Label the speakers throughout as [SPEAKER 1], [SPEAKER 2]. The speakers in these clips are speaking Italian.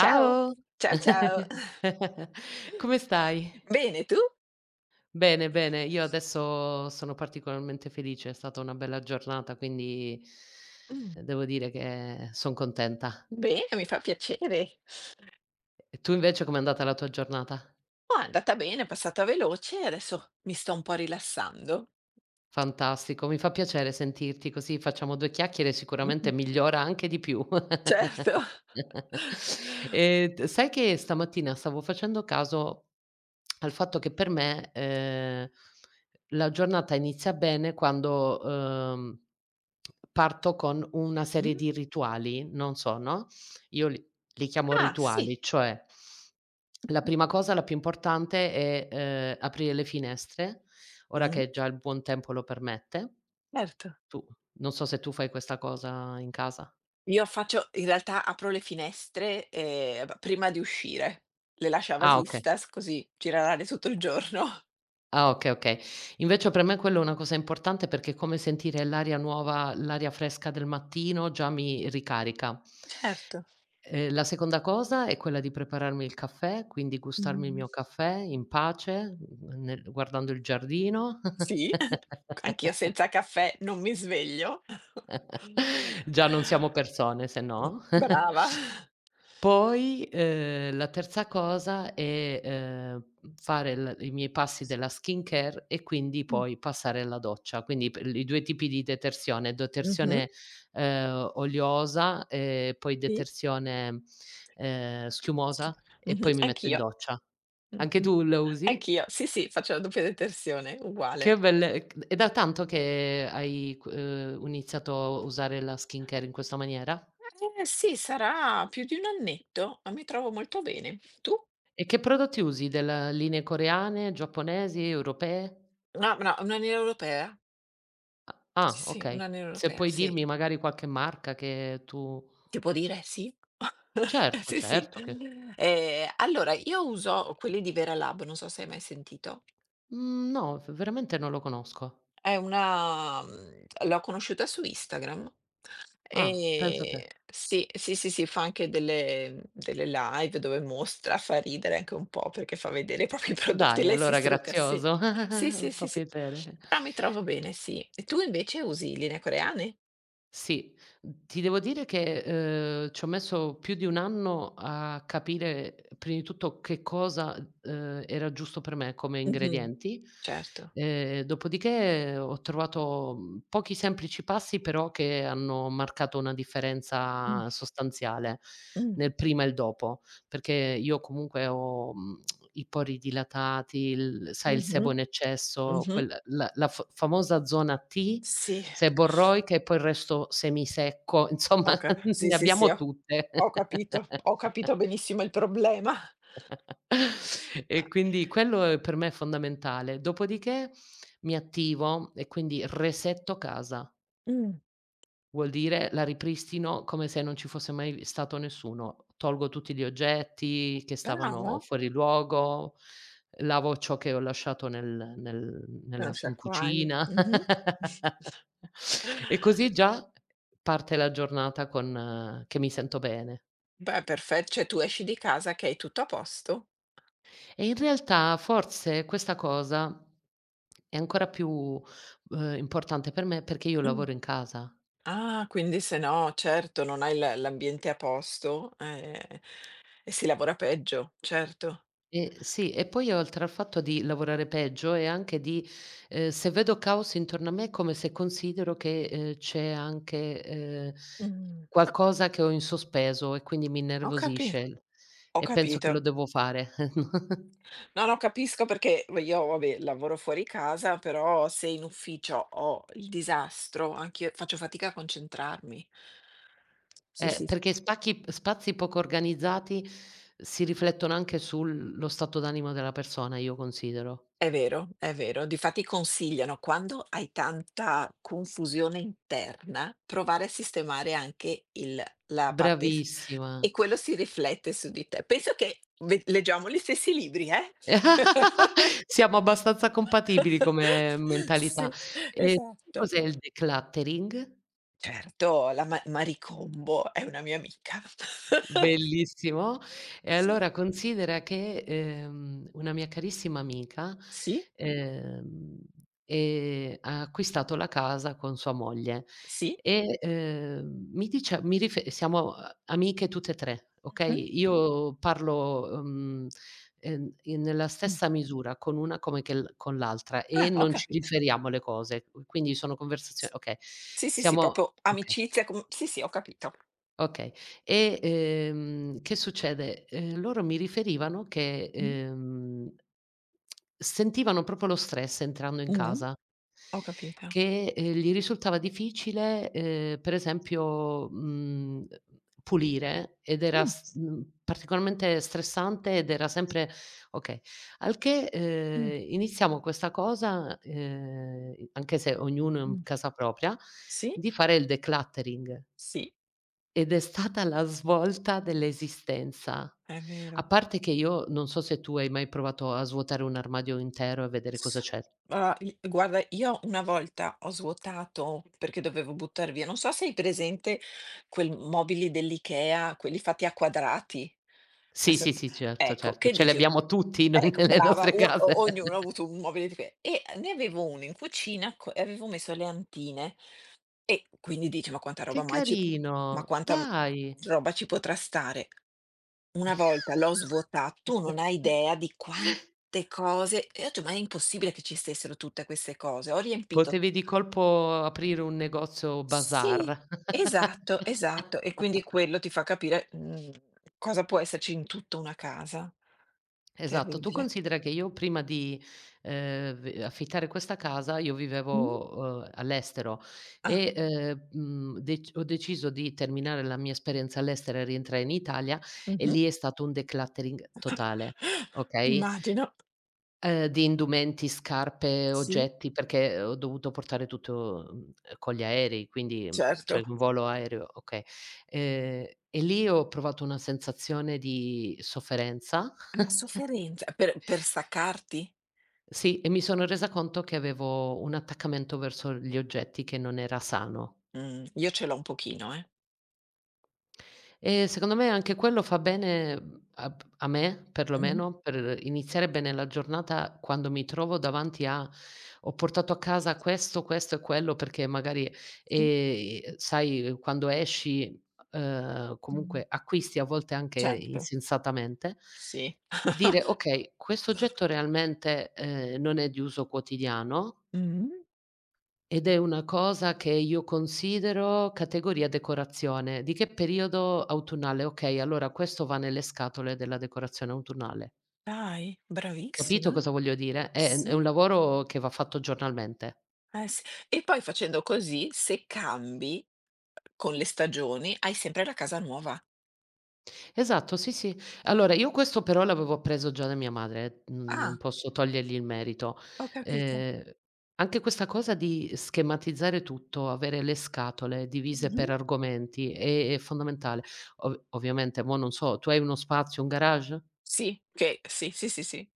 [SPEAKER 1] Ciao, ciao ciao.
[SPEAKER 2] come stai?
[SPEAKER 1] Bene, tu?
[SPEAKER 2] Bene, bene, io adesso sono particolarmente felice, è stata una bella giornata, quindi
[SPEAKER 1] Mh,
[SPEAKER 2] devo dire che son contenta.
[SPEAKER 1] bene, mi fa piacere.
[SPEAKER 2] E tu invece com'è andata la tua giornata?
[SPEAKER 1] Oh, è andata bene, è passata veloce e adesso mi sto un po' rilassando.
[SPEAKER 2] Fantastico, mi fa piacere sentirti così facciamo 2 chiacchiere e sicuramente
[SPEAKER 1] Mh-mh.
[SPEAKER 2] migliora anche di più.
[SPEAKER 1] Certo.
[SPEAKER 2] T Sai che stamattina stavo facendo caso al fatto che per me, la giornata inizia bene quando, parto con una serie
[SPEAKER 1] Mh.
[SPEAKER 2] di rituali, non so, no, io li chiamo
[SPEAKER 1] Ah, sì.
[SPEAKER 2] rituali, cioè la prima cosa, la più importante è, aprire le finestre ora
[SPEAKER 1] Mh,
[SPEAKER 2] che già il buon tempo lo permette.
[SPEAKER 1] certo.
[SPEAKER 2] Tu Non so se tu fai questa cosa in casa.
[SPEAKER 1] Io faccio in realtà apro le finestre, b prima di uscire. Le lascio a
[SPEAKER 2] Ah, okay.
[SPEAKER 1] vasistas così gira l'aria tutto il giorno.
[SPEAKER 2] Ah, okay, okay. Invece per me quello è una cosa importante perché è come sentire l'aria nuova, l'aria fresca del mattino già mi ricarica.
[SPEAKER 1] Certo.
[SPEAKER 2] La seconda cosa è quella di prepararmi il caffè, quindi gustarmi il mio
[SPEAKER 1] Mh-mh.
[SPEAKER 2] caffè in pace, mhmm, nel guardando il giardino.
[SPEAKER 1] Sì, anch'io senza caffè non mi sveglio.
[SPEAKER 2] Già non siamo persone se no.
[SPEAKER 1] Brava.
[SPEAKER 2] Poi, la terza cosa è, fare l i miei passi della skincare e quindi
[SPEAKER 1] Mh.
[SPEAKER 2] poi passare alla doccia. Quindi per i 2 tipi di detersione:
[SPEAKER 1] Mh-mh.
[SPEAKER 2] detersione, oleosa, e poi
[SPEAKER 1] Sì.
[SPEAKER 2] detersione,
[SPEAKER 1] Schif
[SPEAKER 2] schiumosa, e
[SPEAKER 1] Mh-mh,
[SPEAKER 2] poi mi metto in
[SPEAKER 1] anch'io.
[SPEAKER 2] doccia. Anche
[SPEAKER 1] Mh-mh.
[SPEAKER 2] tu la usi?
[SPEAKER 1] Anch'io. Sì, sì, faccio la doppia detersione, uguale.
[SPEAKER 2] Che belle, c è da tanto che hai q iniziato a usare la skincare in questa maniera?
[SPEAKER 1] Eh sì, sarà più di 1 annetto, ma mi trovo molto bene. Tu?
[SPEAKER 2] E che prodotti usi? Della linee coreane, giapponesi, europee?
[SPEAKER 1] No, no, un'aniera europea.
[SPEAKER 2] A ah,
[SPEAKER 1] Sì, sì,
[SPEAKER 2] okay.
[SPEAKER 1] un'aniera
[SPEAKER 2] Se
[SPEAKER 1] europea,
[SPEAKER 2] puoi
[SPEAKER 1] sì.
[SPEAKER 2] dirmi magari qualche marca che tu.
[SPEAKER 1] Ti può dire sì?
[SPEAKER 2] Certo,
[SPEAKER 1] Sì, sì.
[SPEAKER 2] certo che
[SPEAKER 1] Allora io uso quelli di Veralab, non so se hai mai sentito.
[SPEAKER 2] mhmm, no, v veramente non lo conosco.
[SPEAKER 1] È una l'ho conosciuta su Instagram,
[SPEAKER 2] Ah, pensa te.
[SPEAKER 1] ehm sì, sì, sì, sì, fa anche delle delle live dove mostra, fa ridere anche un po' perché fa vedere i propri prodotti,
[SPEAKER 2] Dai,
[SPEAKER 1] lei si
[SPEAKER 2] allora
[SPEAKER 1] strucca, sì.
[SPEAKER 2] grazioso,
[SPEAKER 1] Sì, sì,
[SPEAKER 2] fa
[SPEAKER 1] sì, sì.
[SPEAKER 2] piacere.
[SPEAKER 1] Però mi trovo bene, sì. E tu invece usi linee coreane?
[SPEAKER 2] Sì, ti devo dire che, ci ho messo più di 1 anno a capire, prima di tutto, che cosa, era giusto per me come
[SPEAKER 1] Mh-mh.
[SPEAKER 2] ingredienti,
[SPEAKER 1] Certo.
[SPEAKER 2] dopodiché ho trovato, pochi semplici passi, però che hanno marcato una
[SPEAKER 1] Mh,
[SPEAKER 2] differenza sostanziale
[SPEAKER 1] mh,
[SPEAKER 2] nel prima e il dopo, perché io comunque ho, mhmm i pori dilatati, il sai il
[SPEAKER 1] mh-mh,
[SPEAKER 2] sebo in eccesso,
[SPEAKER 1] mh-mh.
[SPEAKER 2] quel la la f famosa zona T,
[SPEAKER 1] Sì,
[SPEAKER 2] sebo borroica e poi il resto semisecco, insomma
[SPEAKER 1] ho ca sì,
[SPEAKER 2] ne
[SPEAKER 1] sì, sì,
[SPEAKER 2] abbiamo
[SPEAKER 1] ho
[SPEAKER 2] tutte.
[SPEAKER 1] ho capito, ho capito benissimo il problema.
[SPEAKER 2] E quindi quello è per me è fondamentale. Dopodiché mi attivo e quindi resetto casa.
[SPEAKER 1] Mh.
[SPEAKER 2] Vuol dire la ripristino come se non ci fosse mai stato nessuno. Tolgo tutti gli oggetti che
[SPEAKER 1] Brava,
[SPEAKER 2] stavano fuori luogo, lavo ciò che ho lasciato nel nel nella
[SPEAKER 1] veloce
[SPEAKER 2] in
[SPEAKER 1] acquario.
[SPEAKER 2] cucina.
[SPEAKER 1] Mh-mh.
[SPEAKER 2] E così già parte la giornata con che mi sento bene.
[SPEAKER 1] Beh, perfet cioè tu esci di casa che hai tutto a posto?
[SPEAKER 2] E in realtà forse questa cosa è ancora più, importante per me, perché io
[SPEAKER 1] Mh.
[SPEAKER 2] lavoro in casa.
[SPEAKER 1] Ah, quindi se no certo, non hai l'ambiente a posto, e si lavora peggio, certo.
[SPEAKER 2] E sì, e poi oltre al fatto di lavorare peggio è anche di se vedo caos intorno a me è come se considero che, c'è anche,
[SPEAKER 1] Mh.
[SPEAKER 2] qualcosa che ho in sospeso, e quindi mi
[SPEAKER 1] Ho capi
[SPEAKER 2] innervosisce
[SPEAKER 1] ho
[SPEAKER 2] e penso che
[SPEAKER 1] capito.
[SPEAKER 2] lo devo fare.
[SPEAKER 1] No, no, capisco perché v io vabbè, lavoro fuori casa, però se in ufficio ho il disastro, anch'io faccio fatica a concentrarmi. Sì, sì.
[SPEAKER 2] Perché spacchi spazi poco organizzati si riflettono anche sul lo stato d'animo della persona, io considero.
[SPEAKER 1] È vero, è vero. Difatti consigliano, quando hai tanta confusione interna, provare a sistemare anche il la parte s
[SPEAKER 2] Bravissima.
[SPEAKER 1] e quello si riflette su di te. Penso che ve leggiamo gli stessi libri, eh.
[SPEAKER 2] Siamo abbastanza compatibili come mentalità.
[SPEAKER 1] Sì,
[SPEAKER 2] E
[SPEAKER 1] esatto.
[SPEAKER 2] cos'è il decluttering?
[SPEAKER 1] Certo, la Marie Kondo è una mia amica.
[SPEAKER 2] Bellissimo. E allora considera che, una mia carissima amica,
[SPEAKER 1] Sì,
[SPEAKER 2] ehm, ha acquistato la casa con sua moglie
[SPEAKER 1] sì.
[SPEAKER 2] e, mi dice mi rife siamo a amiche tutte e 3,
[SPEAKER 1] Mh-mh.
[SPEAKER 2] okay, io parlo, in nella
[SPEAKER 1] Mh.
[SPEAKER 2] stessa misura con una come che l con l'altra, e
[SPEAKER 1] Ah, ho
[SPEAKER 2] non ci
[SPEAKER 1] capito.
[SPEAKER 2] differiamo le cose, quindi sono conversazio
[SPEAKER 1] S
[SPEAKER 2] okay.
[SPEAKER 1] Sì, sì, sì,
[SPEAKER 2] Siamo
[SPEAKER 1] proprio
[SPEAKER 2] okay.
[SPEAKER 1] amicizia com sì, sì, ho capito.
[SPEAKER 2] Okay. E, che succede? Loro mi riferivano che,
[SPEAKER 1] Mh.
[SPEAKER 2] sentivano proprio lo stress entrando in
[SPEAKER 1] Mh-mh.
[SPEAKER 2] casa,
[SPEAKER 1] Ho capito.
[SPEAKER 2] che, gli risultava difficile, per esempio, pulire, ed era
[SPEAKER 1] Mh,
[SPEAKER 2] s mhmm, particolarmente stressante ed era sempre okay. Al che,
[SPEAKER 1] mh,
[SPEAKER 2] iniziamo questa cosa, anche se ognuno in
[SPEAKER 1] mh.
[SPEAKER 2] casa propria,
[SPEAKER 1] Sì,
[SPEAKER 2] di fare il decluttering.
[SPEAKER 1] sì,
[SPEAKER 2] Ed è stata la svolta dell'esistenza.
[SPEAKER 1] è
[SPEAKER 2] A
[SPEAKER 1] vero.
[SPEAKER 2] parte che io non so se tu hai mai provato a svuotare un armadio intero e vedere cosa c'è.
[SPEAKER 1] Ah, i guarda, io una volta ho svuotato perché dovevo buttar via non so se hai presente quel mobili dell'IKEA, quelli fatti a quadrati.
[SPEAKER 2] Sì,
[SPEAKER 1] Adesso
[SPEAKER 2] sì, sì, certo,
[SPEAKER 1] ecco,
[SPEAKER 2] certo.
[SPEAKER 1] che
[SPEAKER 2] Ce li
[SPEAKER 1] dici
[SPEAKER 2] abbiamo tutti noi
[SPEAKER 1] ecco,
[SPEAKER 2] nelle
[SPEAKER 1] brava,
[SPEAKER 2] nostre
[SPEAKER 1] u
[SPEAKER 2] case.
[SPEAKER 1] o ognuno ha avuto un mobile dife e ne avevo uno in cucina co e avevo messo le antine. E quindi dici: "Ma quanta roba
[SPEAKER 2] Che
[SPEAKER 1] mai ci p ma
[SPEAKER 2] carino,
[SPEAKER 1] quanta, mhmm,
[SPEAKER 2] dai.
[SPEAKER 1] roba ci potrà stare?" Una volta l'ho svuotato tu non hai idea di quante cose e ho detto: "Ma è impossibile che ci stessero tutte queste cose." Ho riempito,
[SPEAKER 2] Potevi di colpo aprire un negozio
[SPEAKER 1] sì,
[SPEAKER 2] bazar.
[SPEAKER 1] esatto, esatto. E quindi quello ti fa capire, cosa può esserci in tutta una casa.
[SPEAKER 2] Esatto, tu
[SPEAKER 1] Terribile.
[SPEAKER 2] considera che io prima di, v affittare questa casa, io
[SPEAKER 1] Mh.
[SPEAKER 2] vivevo, all'estero
[SPEAKER 1] Ah,
[SPEAKER 2] e, mhmm, dec ho deciso di terminare la mia esperienza all'estero e rientrare in Italia, e
[SPEAKER 1] mh-mh.
[SPEAKER 2] lì è stato un decluttering totale, okay,
[SPEAKER 1] Immagino.
[SPEAKER 2] di indumenti, scarpe,
[SPEAKER 1] Sì,
[SPEAKER 2] oggetti, perché ho dovuto portare tutto, con gli aerei, quindi, cioè
[SPEAKER 1] certo.
[SPEAKER 2] un volo aereo, okay. E lì ho provato una sensazione di sofferenza.
[SPEAKER 1] La sofferenza per staccarti?
[SPEAKER 2] Sì, e mi sono resa conto che avevo un attaccamento verso gli oggetti che non era sano.
[SPEAKER 1] Io ce l'ho un pochino, eh.
[SPEAKER 2] E secondo me anche quello fa bene, a me
[SPEAKER 1] Mh,
[SPEAKER 2] perlomeno, per iniziare bene la giornata quando mi trovo davanti a: "Ho portato a casa questo, questo e quello", perché magari,
[SPEAKER 1] sì,
[SPEAKER 2] sai quando esci,
[SPEAKER 1] mh,
[SPEAKER 2] comunque acquisti a volte anche
[SPEAKER 1] certo,
[SPEAKER 2] insensatamente,
[SPEAKER 1] sì.
[SPEAKER 2] dire: "Okay, questo oggetto realmente, non è di uso quotidiano,
[SPEAKER 1] Mh.
[SPEAKER 2] ed è una cosa che io considero categoria decorazione. Di che periodo? Autunnale? Okay, allora questo va nelle scatole della decorazione autunnale."
[SPEAKER 1] Dai,
[SPEAKER 2] Capito
[SPEAKER 1] bravissima.
[SPEAKER 2] cosa voglio dire? È un
[SPEAKER 1] Sì,
[SPEAKER 2] lavoro che va fatto giornalmente.
[SPEAKER 1] s e poi facendo così, se cambi con le stagioni, hai sempre la casa nuova.
[SPEAKER 2] Esatto, sì, sì. Allora io questo però l'avevo appreso già da mia madre, n non
[SPEAKER 1] Ah,
[SPEAKER 2] posso togliergli il merito.
[SPEAKER 1] ho capito.
[SPEAKER 2] Ehm, Anche questa cosa di schematizzare tutto, avere le scatole divise per
[SPEAKER 1] Mh-mh.
[SPEAKER 2] argomenti, è fondamentale. Ov ovviamente mo non so, tu hai uno spazio, un garage?
[SPEAKER 1] Sì, che sì, sì, sì, sì.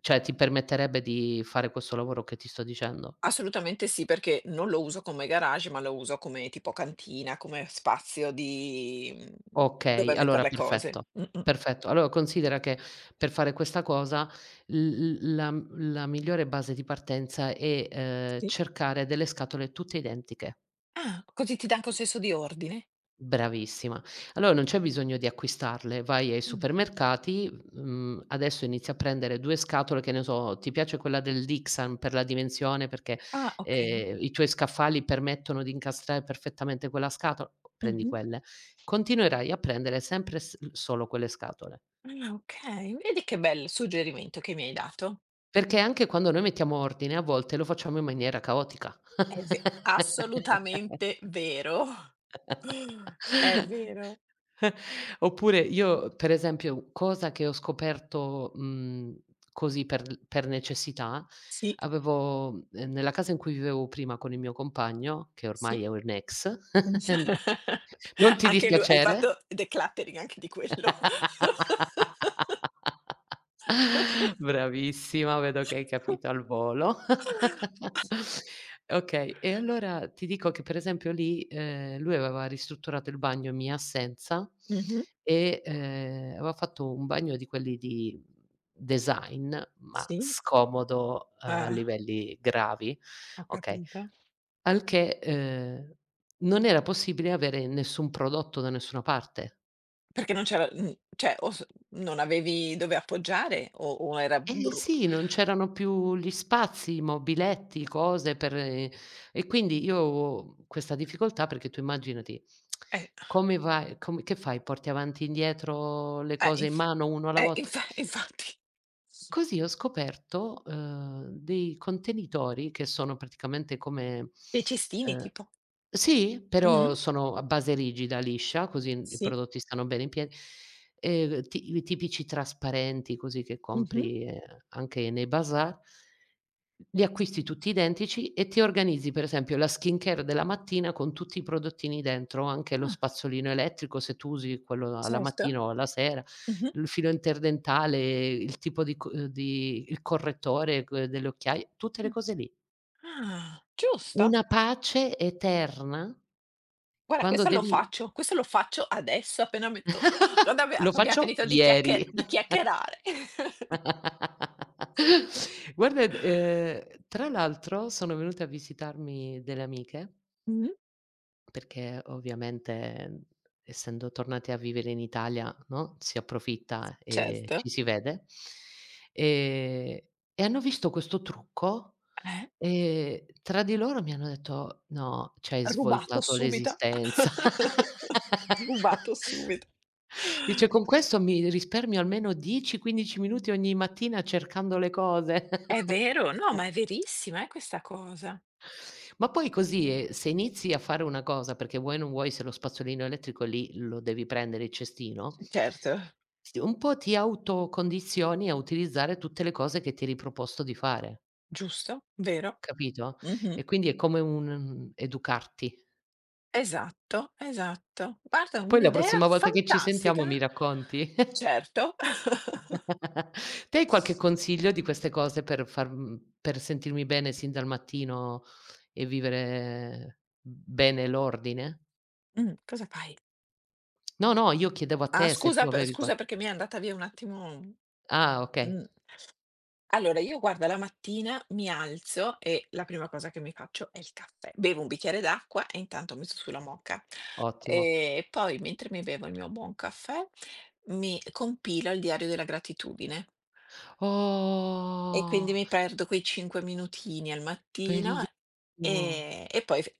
[SPEAKER 2] Cioè ti permetterebbe di fare questo lavoro che ti sto dicendo?
[SPEAKER 1] Assolutamente sì, perché non lo uso come garage, ma lo uso come tipo cantina, come spazio di
[SPEAKER 2] Okay,
[SPEAKER 1] dove metter
[SPEAKER 2] allora
[SPEAKER 1] le
[SPEAKER 2] perfetto,
[SPEAKER 1] cose. Mh-mh.
[SPEAKER 2] perfetto. Allora considera che per fare questa cosa, l l la m la migliore base di partenza è,
[SPEAKER 1] Sì.
[SPEAKER 2] cercare delle scatole tutte identiche.
[SPEAKER 1] Ah, così ti dà anche un senso di ordine?
[SPEAKER 2] Bravissima. Allora non c'è bisogno di acquistarle, vai ai
[SPEAKER 1] Mh.
[SPEAKER 2] supermercati, adesso inizi a prendere 2 scatole, che ne so, ti piace quella del Dixon per la dimensione, perché,
[SPEAKER 1] Ah, okay.
[SPEAKER 2] i tuoi scaffali permettono di incastrare perfettamente quella scatola? Prendi
[SPEAKER 1] Mh-mh.
[SPEAKER 2] quelle. Continuerai a prendere sempre s solo quelle scatole.
[SPEAKER 1] Ah, okay. Vedi che bel suggerimento che mi hai dato.
[SPEAKER 2] Perché anche quando noi mettiamo ordine, a volte lo facciamo in maniera caotica.
[SPEAKER 1] È ve Assolutamente vero. È vero.
[SPEAKER 2] Oppure io, per esempio, cosa che ho scoperto, così per necessità,
[SPEAKER 1] Sì,
[SPEAKER 2] avevo nella casa in cui vivevo prima con il mio compagno, che ormai
[SPEAKER 1] sì.
[SPEAKER 2] è un ex.
[SPEAKER 1] Mh.
[SPEAKER 2] Non ti
[SPEAKER 1] Anche lu Hai
[SPEAKER 2] dispiacere.
[SPEAKER 1] fatto decluttering anche di quello.
[SPEAKER 2] Bravissima, vedo che hai capito al volo. Okay, e allora ti dico che per esempio lì, lui aveva ristrutturato il bagno in mia assenza,
[SPEAKER 1] Mh-mh.
[SPEAKER 2] e, aveva fatto un bagno di quelli di design, ma
[SPEAKER 1] Sì,
[SPEAKER 2] scomodo a
[SPEAKER 1] ah,
[SPEAKER 2] livelli gravi,
[SPEAKER 1] ho
[SPEAKER 2] okay,
[SPEAKER 1] capito.
[SPEAKER 2] al che, non era possibile avere nessun prodotto da nessuna parte.
[SPEAKER 1] Perché non c'era cioè o s non avevi dove appoggiare o era
[SPEAKER 2] Eh
[SPEAKER 1] bru
[SPEAKER 2] sì, non c'erano più gli spazi, mobiletti, cose per e quindi io avevo questa difficoltà, perché tu immaginati
[SPEAKER 1] eh,
[SPEAKER 2] come che fai? Porti avanti e indietro le cose in
[SPEAKER 1] inf
[SPEAKER 2] mano, uno alla volta?
[SPEAKER 1] infa infatti.
[SPEAKER 2] Così ho scoperto, dei contenitori che sono praticamente come
[SPEAKER 1] Dei cestini
[SPEAKER 2] ehm
[SPEAKER 1] tipo.
[SPEAKER 2] sì,
[SPEAKER 1] Mh-mh,
[SPEAKER 2] però sono a base rigida, liscia, così i
[SPEAKER 1] sì.
[SPEAKER 2] prodotti stanno bene in piedi, ti i tipici trasparenti così che
[SPEAKER 1] Mh-mh.
[SPEAKER 2] compri, anche nei bazar. Li acquisti tutti identici e ti organizzi per esempio la skincare della mattina con tutti i prodottini dentro, anche lo
[SPEAKER 1] Ah,
[SPEAKER 2] spazzolino elettrico se tu usi quello alla
[SPEAKER 1] certo.
[SPEAKER 2] mattina o alla sera.
[SPEAKER 1] Mh-mh.
[SPEAKER 2] Il filo interdentale, il tipo di il correttore q delle occhiaie, tutte le
[SPEAKER 1] Mh.
[SPEAKER 2] cose lì.
[SPEAKER 1] Ah, giusto.
[SPEAKER 2] Una pace eterna
[SPEAKER 1] Guarda
[SPEAKER 2] quando devi
[SPEAKER 1] questo lo faccio adesso appena metto quando abbi
[SPEAKER 2] lo
[SPEAKER 1] abbiamo
[SPEAKER 2] faccio
[SPEAKER 1] finito di
[SPEAKER 2] ieri.
[SPEAKER 1] chiacche di chiacchierare.
[SPEAKER 2] Guarda, Tra l'altro sono venute a visitarmi delle amiche.
[SPEAKER 1] Mh,
[SPEAKER 2] Perché ovviamente, essendo tornati a vivere in Italia, no, si approfitta e ci
[SPEAKER 1] certo.
[SPEAKER 2] si vede. Ehm, e hanno visto questo trucco
[SPEAKER 1] Eh.
[SPEAKER 2] e tra di loro mi hanno detto: "No, ci hai
[SPEAKER 1] Rubato
[SPEAKER 2] svoltato
[SPEAKER 1] subito.
[SPEAKER 2] l'esistenza."
[SPEAKER 1] Rubato subito.
[SPEAKER 2] Dice: "Con questo mi risparmio almeno 10, 15 minuti ogni mattina cercando le cose."
[SPEAKER 1] È vero, no, ma è verissima, questa cosa.
[SPEAKER 2] Ma poi così, se inizi a fare una cosa perché vuoi o non vuoi, se lo spazzolino elettrico lì lo devi prendere il cestino,
[SPEAKER 1] Certo,
[SPEAKER 2] s un po' ti autocondizioni a utilizzare tutte le cose che ti eri proposto di fare,
[SPEAKER 1] giusto, vero.
[SPEAKER 2] capito?
[SPEAKER 1] Mh-mh.
[SPEAKER 2] E quindi è come un educarti.
[SPEAKER 1] Esatto, esatto. Guarda,
[SPEAKER 2] Poi la
[SPEAKER 1] un'idea
[SPEAKER 2] prossima volta che ci sentiamo
[SPEAKER 1] fantastica.
[SPEAKER 2] mi racconti.
[SPEAKER 1] Certo.
[SPEAKER 2] Te hai qualche consiglio di queste cose per per sentirmi bene sin dal mattino e vivere bene l'ordine?
[SPEAKER 1] Cosa fai?
[SPEAKER 2] No, no, io chiedevo a
[SPEAKER 1] Ah,
[SPEAKER 2] te se tu
[SPEAKER 1] scusa p
[SPEAKER 2] avevi qua
[SPEAKER 1] scusa perché mi è andata via un attimo,
[SPEAKER 2] Ah, okay,
[SPEAKER 1] mh. Allora io guarda la mattina mi alzo e la prima cosa che mi faccio è il caffè. Bevo un bicchiere d'acqua e intanto mi metto sulla moka.
[SPEAKER 2] ottimo.
[SPEAKER 1] E poi mentre mi bevo il mio buon caffè, mi compilo il diario della gratitudine e quindi
[SPEAKER 2] Oh,
[SPEAKER 1] mi perdo quei 5 minutini al mattino
[SPEAKER 2] bellissimo.
[SPEAKER 1] e poi f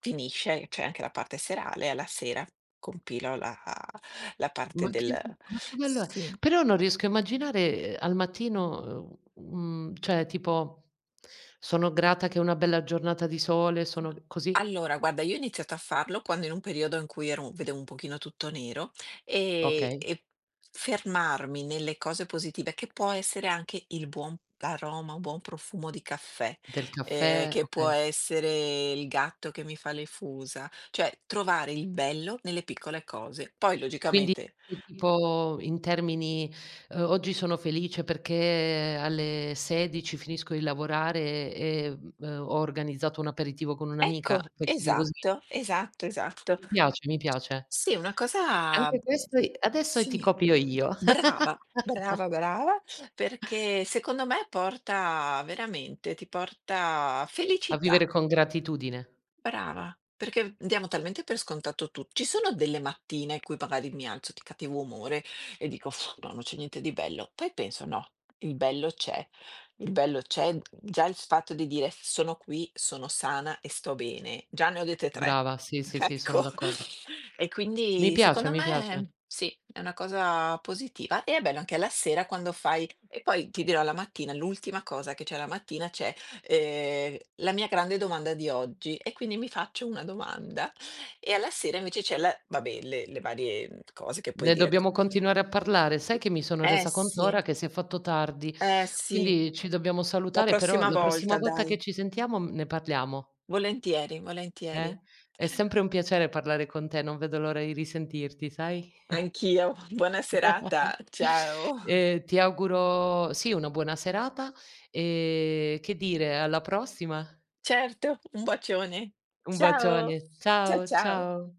[SPEAKER 1] finisce, c'è anche la parte serale, alla sera compilo la
[SPEAKER 2] Ma
[SPEAKER 1] parte
[SPEAKER 2] che
[SPEAKER 1] del,
[SPEAKER 2] ma che bello è.
[SPEAKER 1] sì.
[SPEAKER 2] Però non riesco a immaginare, al mattino, cioè tipo: "Sono grata che è una bella giornata di sole, sono" così?
[SPEAKER 1] Allora, guarda, io ho iniziato a farlo quando in un periodo in cui ero vedevo un pochino tutto nero e
[SPEAKER 2] Okay,
[SPEAKER 1] e fermarmi nelle cose positive, che può essere anche il buon aroma, un buon profumo di caffè,
[SPEAKER 2] del caffè,
[SPEAKER 1] che può
[SPEAKER 2] okay.
[SPEAKER 1] essere il gatto che mi fa le fusa, cioè trovare il bello nelle piccole cose. Poi
[SPEAKER 2] Quindi
[SPEAKER 1] logicamente
[SPEAKER 2] che tipo in termini, "Oggi sono felice perché alle 16 finisco di lavorare e, ho organizzato un aperitivo con un'amica",
[SPEAKER 1] ecco,
[SPEAKER 2] fai cose così?
[SPEAKER 1] esatto, esatto, esatto.
[SPEAKER 2] Mi piace, mi piace.
[SPEAKER 1] Sì, una cosa
[SPEAKER 2] Anche questo i adesso ti
[SPEAKER 1] sì,
[SPEAKER 2] copio io.
[SPEAKER 1] brava, brava, brava, perché secondo me porta veramente ti porta
[SPEAKER 2] A vivere
[SPEAKER 1] felicità.
[SPEAKER 2] con gratitudine.
[SPEAKER 1] Brava, perché diamo talmente per scontato tu ci sono delle mattine in cui magari mi alzo di cattivo umore e dico: "Uff, no, non c'è niente di bello". Poi penso: "No, il bello c'è". Il bello c'è, già il fatto di dire: "Sono qui, sono sana e sto bene". Già ne ho dette 3.
[SPEAKER 2] Brava, sì, sì, sì, sono
[SPEAKER 1] Ecco.
[SPEAKER 2] d'accordo.
[SPEAKER 1] E
[SPEAKER 2] Mi
[SPEAKER 1] quindi
[SPEAKER 2] piace,
[SPEAKER 1] secondo
[SPEAKER 2] mi piace.
[SPEAKER 1] me sì, è una cosa positiva e è bello anche la sera quando fai e poi ti dirò la mattina, l'ultima cosa che c'è la mattina c'è. La mia grande domanda di oggi e quindi mi faccio una domanda e alla sera invece c'è la, vabbè, le varie, cose che puoi
[SPEAKER 2] Ne
[SPEAKER 1] dire, c.
[SPEAKER 2] dobbiamo continuare a parlare. Sai che mi sono
[SPEAKER 1] Eh
[SPEAKER 2] resa conto
[SPEAKER 1] sì,
[SPEAKER 2] ora che si è fatto tardi,
[SPEAKER 1] eh sì,
[SPEAKER 2] quindi ci dobbiamo
[SPEAKER 1] la
[SPEAKER 2] salutare, però
[SPEAKER 1] prossima
[SPEAKER 2] la prossima
[SPEAKER 1] volta
[SPEAKER 2] volta che
[SPEAKER 1] dai.
[SPEAKER 2] ci sentiamo, ne parliamo,
[SPEAKER 1] Volentieri, volentieri.
[SPEAKER 2] eh? È sempre un piacere parlare con te, non vedo l'ora di risentirti, sai?
[SPEAKER 1] Anch'io. Buona serata. Ciao.
[SPEAKER 2] Ti auguro sì, una buona serata e che dire, alla prossima.
[SPEAKER 1] Certo, un bacione.
[SPEAKER 2] Un
[SPEAKER 1] Ciao.
[SPEAKER 2] bacione.
[SPEAKER 1] Cia
[SPEAKER 2] Ciao,
[SPEAKER 1] ciao.
[SPEAKER 2] ciao.